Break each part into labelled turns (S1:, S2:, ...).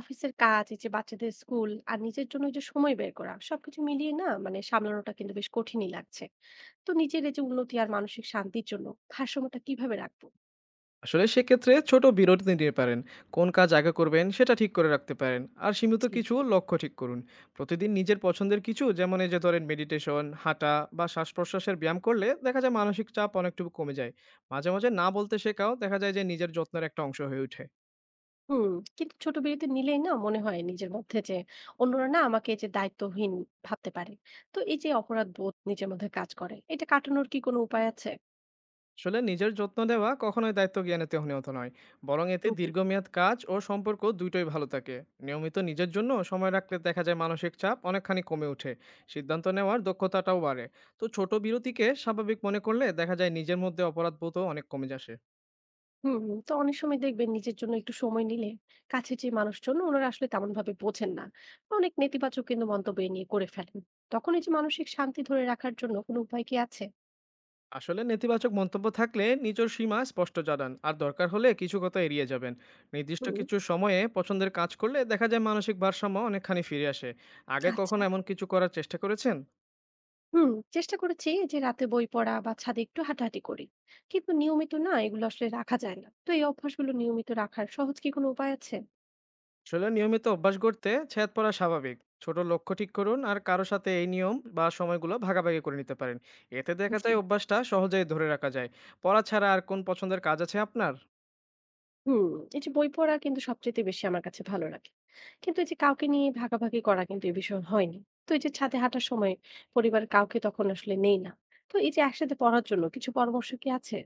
S1: অফিসের কাজ, এই যে বাচ্চাদের স্কুল আর নিজের জন্য এই যে সময় বের করা সবকিছু মিলিয়ে না মানে সামলানোটা কিন্তু বেশ কঠিনই লাগছে। তো নিজের এই যে উন্নতি আর মানসিক শান্তির জন্য ভারসাম্যটা কিভাবে রাখবো?
S2: আসলে সেক্ষেত্রে ছোট বিরতি নিতে পারেন। কোন কাজ আগে করবেন সেটা ঠিক করে রাখতে পারেন আর সীমিত
S1: জি।
S2: কিছু লক্ষ্য ঠিক করুন। প্রতিদিন নিজের পছন্দের কিছু যেমন এই যে ধরেন মেডিটেশন, হাঁটা বা শ্বাস প্রশ্বাসের ব্যায়াম করলে দেখা যায় মানসিক চাপ অনেকটুকু কমে যায়। মাঝে মাঝে না বলতে শেখাও দেখা যায় যে নিজের যত্নের একটা অংশ হয়ে ওঠে।
S1: হুম, কিন্তু ছোট বিরতি নিলেই না মনে হয় নিজের মধ্যে যে অন্যরা না আমাকে এই যে দায়িত্বহীন ভাবতে পারে। তো এই যে অপরাধ বোধ নিজের মধ্যে কাজ করে, এটা কাটানোর কি কোনো উপায় আছে?
S2: আসলে নিজের যত্ন নেওয়া কখনোই দায়িত্ব জ্ঞানে তেহনীয়ত নয়, বরং এতে
S1: জি।
S2: দীর্ঘমেয়াদ কাজ ও সম্পর্ক দুটোই ভালো থাকে। নিয়মিত নিজের জন্য সময় রাখলে দেখা যায় মানসিক চাপ অনেকখানি কমে ওঠে, সিদ্ধান্ত নেওয়ার দক্ষতাটাও বাড়ে। তো ছোট বিরতিকে স্বাভাবিক মনে করলে দেখা যায় নিজের মধ্যে অপরাধবোধও অনেক কমে আসে।
S1: হুম, হুম। তো অনেক সময় দেখবেন নিজের জন্য একটু সময় নিলে কাছের যে মানুষজন ওনারা আসলে তেমন ভাবে বোঝেন না। অনেক নেতিবাচক কিন্তু মন্তব্য এ নিয়ে করে ফেলেন। তখন এই যে মানসিক শান্তি ধরে রাখার জন্য কোনো উপায় কি আছে?
S2: আসলে নেতিবাচক মন্তব্য থাকলে নিজের সীমা স্পষ্ট জানান আর দরকার হলে কিছু কথা এড়িয়ে যাবেন। নির্দিষ্ট
S1: হুম।
S2: কিছু সময়ে পছন্দের কাজ করলে দেখা যায় মানসিক ভারসাম্য অনেকখানি ফিরে আসে। আগে কখনো
S1: আচ্ছা।
S2: এমন কিছু করার চেষ্টা করেছেন?
S1: হুম, চেষ্টা করেছি যে রাতে বই পড়া বা ছাদে একটু হাঁটাহাঁটি করি। কিন্তু নিয়মিত না এগুলো আসলে রাখা যায় না। তো এই অভ্যাসগুলো নিয়মিত রাখার সহজ কি কোনো উপায় আছে?
S2: আসলে নিয়মিত অভ্যাস করতে ছেদ পড়া স্বাভাবিক। ছোট লক্ষ্য ঠিক করুন আর কারো সাথে এই নিয়ম বা সময়গুলো ভাগাভাগি করে নিতে পারেন। এতে দেখা
S1: জি।
S2: যায় অভ্যাসটা সহজেই ধরে রাখা যায়। পড়া ছাড়া আর কোন পছন্দের কাজ আছে আপনার?
S1: হুম, এই যে বই পড়া কিন্তু সবচাইতে বেশি আমার কাছে ভালো লাগে। কিন্তু এই যে কাউকে নিয়ে ভাগাভাগি করা কিন্তু এই বিষয় হয়নি। তো এই যে ছাদে হাঁটার সময় পরিবারের কাউকে তখন আসলে নেই না। তো এই যে একসাথে পড়ার জন্য কিছু পরামর্শ কি আছে?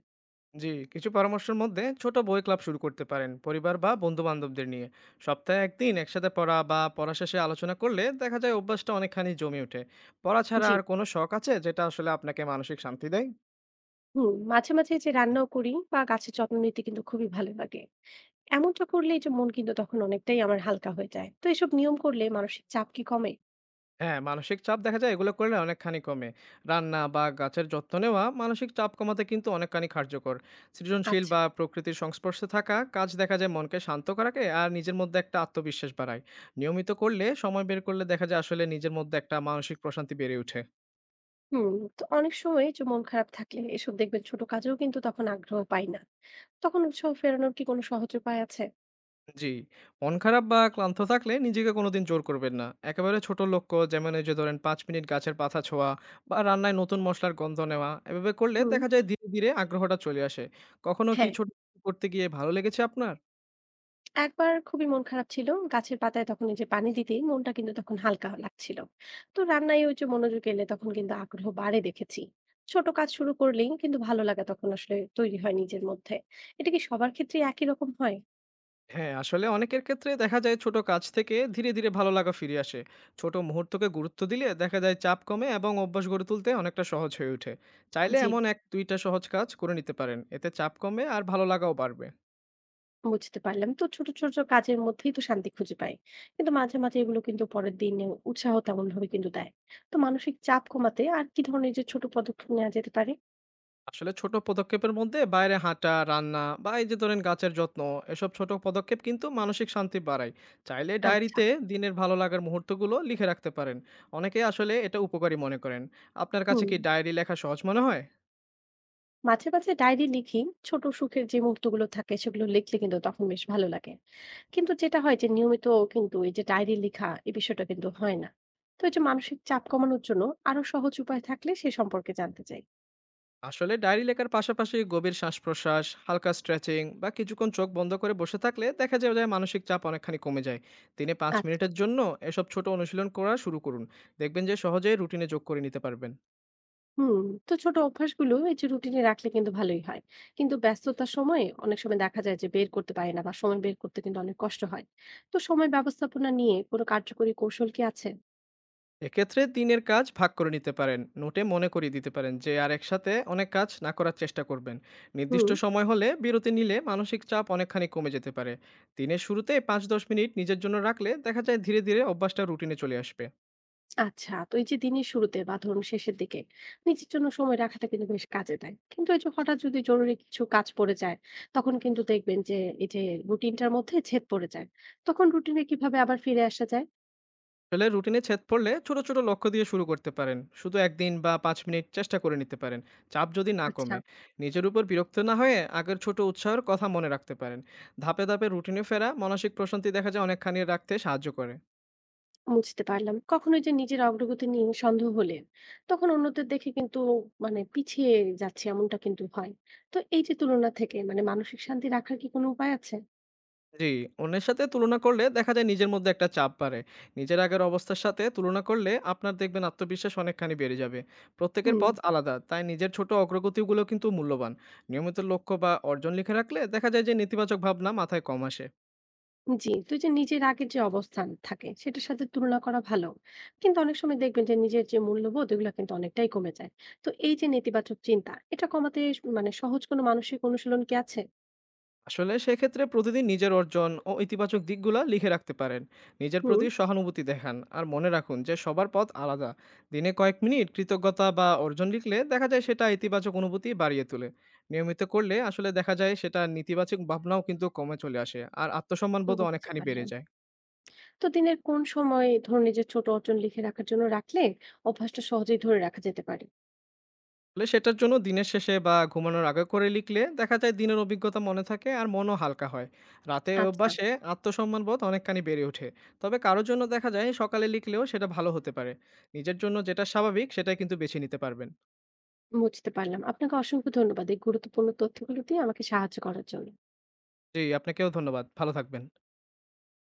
S2: জি, কিছু পরামর্শের মধ্যে ছোট বই ক্লাব শুরু করতে পারেন পরিবার বা বন্ধু বান্ধবদের নিয়ে। সপ্তাহে একদিন একসাথে পড়া বা পড়া শেষে আলোচনা করলে দেখা যায় অভ্যাসটা অনেকখানি জমে ওঠে। পড়া ছাড়া
S1: জি,
S2: আর কোনো শখ আছে যেটা আসলে আপনাকে মানসিক শান্তি দেয়?
S1: হুম, মাঝে, মাঝে এই যে রান্নাও করি বা গাছের যত্ন নিতে কিন্তু খুবই ভালো লাগে। এমনটা করলে এই যে মন কিন্তু তখন অনেকটাই আমার হালকা হয়ে যায়। তো এসব নিয়ম করলে মানসিক চাপ কি কমে?
S2: হ্যাঁ, মানসিক চাপ দেখা যায় এগুলো করলে অনেকখানি কমে। রান্না বা গাছের যত্ন নেওয়া মানসিক চাপ কমাতে কিন্তু অনেকখানি কার্যকর। সৃজনশীল
S1: আচ্ছা,
S2: বা প্রকৃতির সংস্পর্শে থাকা কাজ দেখা যায় মনকে শান্ত রাখে আর নিজের মধ্যে একটা আত্মবিশ্বাস বাড়ায়। নিয়মিত করলে, সময় বের করলে দেখা যায় আসলে নিজের মধ্যে একটা মানসিক প্রশান্তি বেড়ে ওঠে।
S1: হুম, তো অনেক সময় যে মন খারাপ থাকলে এসব দেখবেন ছোট কাজেও কিন্তু তখন আগ্রহ পাই না। তখন উৎসাহ ফেরানোর কি কোনো সহজ উপায় আছে?
S2: জি। মন খারাপ বা ক্লান্ত থাকলে নিজেকে কোনোদিন জোর করবেন না। একেবারে ছোট লক্ষ্য যেমন এই যে ধরেন ৫ মিনিট গাছের পাতা ছোঁয়া বা রান্নায় নতুন মসলার গন্ধ নেওয়া, এভাবে করলে
S1: হুম,
S2: দেখা যায় ধীরে, ধীরে আগ্রহটা চলে আসে। কখনো কি
S1: হ্যাঁ।
S2: ছোট কিছু করতে গিয়ে ভালো লেগেছে আপনার?
S1: একবার খুবই মন খারাপ ছিল। গাছের পাতায় তখন এই যে পানি দিতেই মনটা কিন্তু তখন হালকা লাগছিল। তো রান্নায় ওই যে মনোযোগ এলে তখন কিন্তু আগ্রহ বাড়ে দেখেছি। ছোট কাজ শুরু করলেই কিন্তু ভালো লাগা তখন আসলে তৈরি হয় নিজের মধ্যে। এটা কি সবার ক্ষেত্রে একই রকম হয়?
S2: হ্যাঁ, আসলে অনেকের ক্ষেত্রে দেখা যায় ছোট কাজ থেকে ধীরে, ধীরে ভালো লাগা ফিরে আসে। ছোট মুহূর্তকে গুরুত্ব দিলে দেখা যায় চাপ কমে এবং অভ্যাস গড়ে তুলতে অনেকটা সহজ হয়ে ওঠে। চাইলে
S1: জি,
S2: এমন ১-২ টা সহজ কাজ করে নিতে পারেন। এতে চাপ কমবে আর ভালো লাগাও বাড়বে।
S1: বুঝতে পারলাম। তো ছোট, ছোট কাজের মধ্যেই তো শান্তি খুঁজে পাই। কিন্তু মাঝে, মাঝে এগুলো কিন্তু পরের দিনে উৎসাহ তেমনভাবে কিন্তু দেয়। তো মানসিক চাপ কমাতে আর কি ধরনের যে ছোট পদক্ষেপ নেওয়া যেতে পারে?
S2: আসলে ছোট পদক্ষেপের মধ্যে বাইরে হাঁটা, রান্না বা এই যে ধরেন গাছের যত্ন, এসব ছোট পদক্ষেপ কিন্তু মানসিক শান্তি বাড়ায়। চাইলে
S1: আচ্ছা,
S2: ডায়েরিতে দিনের ভালো লাগার মুহূর্তগুলো লিখে রাখতে পারেন। অনেকেই আসলে এটা উপকারী মনে করেন। আপনার কাছে
S1: হুম।
S2: কি ডায়েরি লেখা সহজ মনে হয়?
S1: মাঝে মাঝে ডায়েরি লিখি, ছোট সুখের যে মুহূর্তগুলো থাকে সেগুলো লিখলে কিন্তু তখন বেশ ভালো লাগে। কিন্তু যেটা হয় যে নিয়মিত কিন্তু এই যে ডায়েরি লেখা এই বিষয়টা কিন্তু হয় না। তো এই যে মানসিক চাপ কমানোর জন্য আরো সহজ উপায় থাকলে সে সম্পর্কে জানতে চাই।
S2: আসলে ডায়েরি লেখার পাশাপাশি গভীর শ্বাস প্রশ্বাস, হালকা স্ট্রেচিং বা কিছুক্ষণ চোখ বন্ধ করে বসে থাকলে দেখা যায় যে মানসিক চাপ অনেকখানি কমে যায়। দিনে ৫
S1: আচ্ছা।
S2: মিনিটের জন্য এসব ছোট অনুশীলন করা শুরু করুন। দেখবেন যে সহজেই রুটিনে যোগ করে নিতে পারবেন।
S1: হুম, তো ছোট অভ্যাসগুলো এই যে রুটিনে রাখলে কিন্তু ভালোই হয়। কিন্তু ব্যস্ততার সময় অনেক সময় দেখা যায় যে বের করতে পারে না বা সময় বের করতে কিন্তু অনেক কষ্ট হয়। তো সময় ব্যবস্থাপনা নিয়ে কোনো কার্যকরী কৌশল কি আছে?
S2: এক্ষেত্রে দিনের কাজ ভাগ করে নিতে পারেন। নোটে মনে করিয়ে দিতে পারেন যে আর একসাথে অনেক কাজ না করার চেষ্টা করবেন। নির্দিষ্ট
S1: হুম।
S2: সময় হলে বিরতি নিলে মানসিক চাপ অনেকখানি কমে যেতে পারে। দিনের শুরুতে ৫-১০ মিনিট নিজের জন্য রাখলে দেখা যায় ধীরে, ধীরে অভ্যাসটা রুটিনে চলে আসবে।
S1: আচ্ছা, তো এই যে দিনের শুরুতে বা ধরুন শেষের দিকে নিজের জন্য সময় রাখাটা কিন্তু বেশ কাজে দেয়। কিন্তু এই যে হঠাৎ যদি জরুরি কিছু কাজ পড়ে যায়, তখন কিন্তু দেখবেন যে এই যে রুটিনটার মধ্যে ছেদ পড়ে যায়। তখন রুটিনে কিভাবে আবার ফিরে আসা যায়?
S2: আসলে রুটিনে ছেদ পড়লে ছোট, ছোট লক্ষ্য দিয়ে শুরু করতে পারেন। শুধু ১ দিন বা ৫ মিনিট চেষ্টা করে নিতে পারেন। চাপ যদি না
S1: আচ্ছা।
S2: কমে, নিজের উপর বিরক্ত না হয়ে আগের ছোট উৎসাহের কথা মনে রাখতে পারেন। ধাপে, ধাপে রুটিনে ফেরা মানসিক প্রশান্তি দেখা যায় অনেকখানি রাখতে সাহায্য করে।
S1: বুঝতে পারলাম। কখনো যে নিজের অগ্রগতি নিয়ে সন্দেহ হলে তখন অন্যদের দেখে কিন্তু মানে পিছিয়ে যাচ্ছে এমনটা কিন্তু হয়। তো এই যে তুলনা থেকে মানে মানসিক শান্তি রাখার কি কোনো উপায় আছে?
S2: জি, অন্যের সাথে তুলনা করলে দেখা যায় নিজের মধ্যে একটা চাপ বাড়ে। নিজের আগের অবস্থার সাথে তুলনা করলে আপনার দেখবেন আত্মবিশ্বাস অনেকখানি বেড়ে যাবে। প্রত্যেকের
S1: হুম।
S2: পথ আলাদা, তাই নিজের ছোট অগ্রগতিগুলো কিন্তু মূল্যবান। নিয়মিত লক্ষ্য বা অর্জন লিখে রাখলে দেখা যায় যে নেতিবাচক ভাবনা মাথায় কম আসে।
S1: জি, তো এই যে নিজের আগের যে অবস্থান থাকে সেটার সাথে তুলনা করা ভালো। কিন্তু অনেক সময় দেখবেন যে নিজের যে মূল্যবোধ ওগুলা কিন্তু অনেকটাই কমে যায়। তো এই যে নেতিবাচক চিন্তা এটা কমাতে মানে সহজ কোনো মানসিক অনুশীলন কি আছে?
S2: আসলে সেক্ষেত্রে প্রতিদিন নিজের অর্জন ও ইতিবাচক দিকগুলা লিখে রাখতে পারেন। নিজের
S1: হুম।
S2: প্রতি সহানুভূতি দেখান আর মনে রাখুন যে সবার পথ আলাদা। দিনে কয়েক মিনিট কৃতজ্ঞতা বা অর্জন লিখলে দেখা যায় সেটা ইতিবাচক অনুভূতি বাড়িয়ে তোলে। নিয়মিত করলে আসলে দেখা যায় সেটা নেতিবাচক ভাবনাও কিন্তু কমে চলে আসে আর আত্মসম্মানবোধও
S1: বুঝতে
S2: অনেকখানি বেড়ে
S1: পারলাম।
S2: যায়।
S1: তো দিনের কোন সময় ধরুন এই যে ছোট অর্জন লিখে রাখার জন্য রাখলে অভ্যাসটা সহজেই ধরে রাখা যেতে পারে।
S2: আসলে সেটার জন্য দিনের শেষে বা ঘুমানোর আগে করে লিখলে দেখা যায় দিনের অভিজ্ঞতা মনে থাকে আর মনও হালকা হয়। রাতে ওই
S1: আচ্ছা,
S2: অভ্যাসে আত্মসম্মান বোধ অনেকখানি বেড়ে ওঠে। তবে কারোর জন্য দেখা যায় সকালে লিখলেও সেটা ভালো হতে পারে। নিজের জন্য যেটা স্বাভাবিক সেটাই কিন্তু বেছে নিতে পারবেন।
S1: বুঝতে পারলাম। আপনাকে অসংখ্য ধন্যবাদ এই গুরুত্বপূর্ণ তথ্যগুলো দিয়ে আমাকে সাহায্য করার জন্য।
S2: জি, আপনাকেও ধন্যবাদ। ভালো থাকবেন।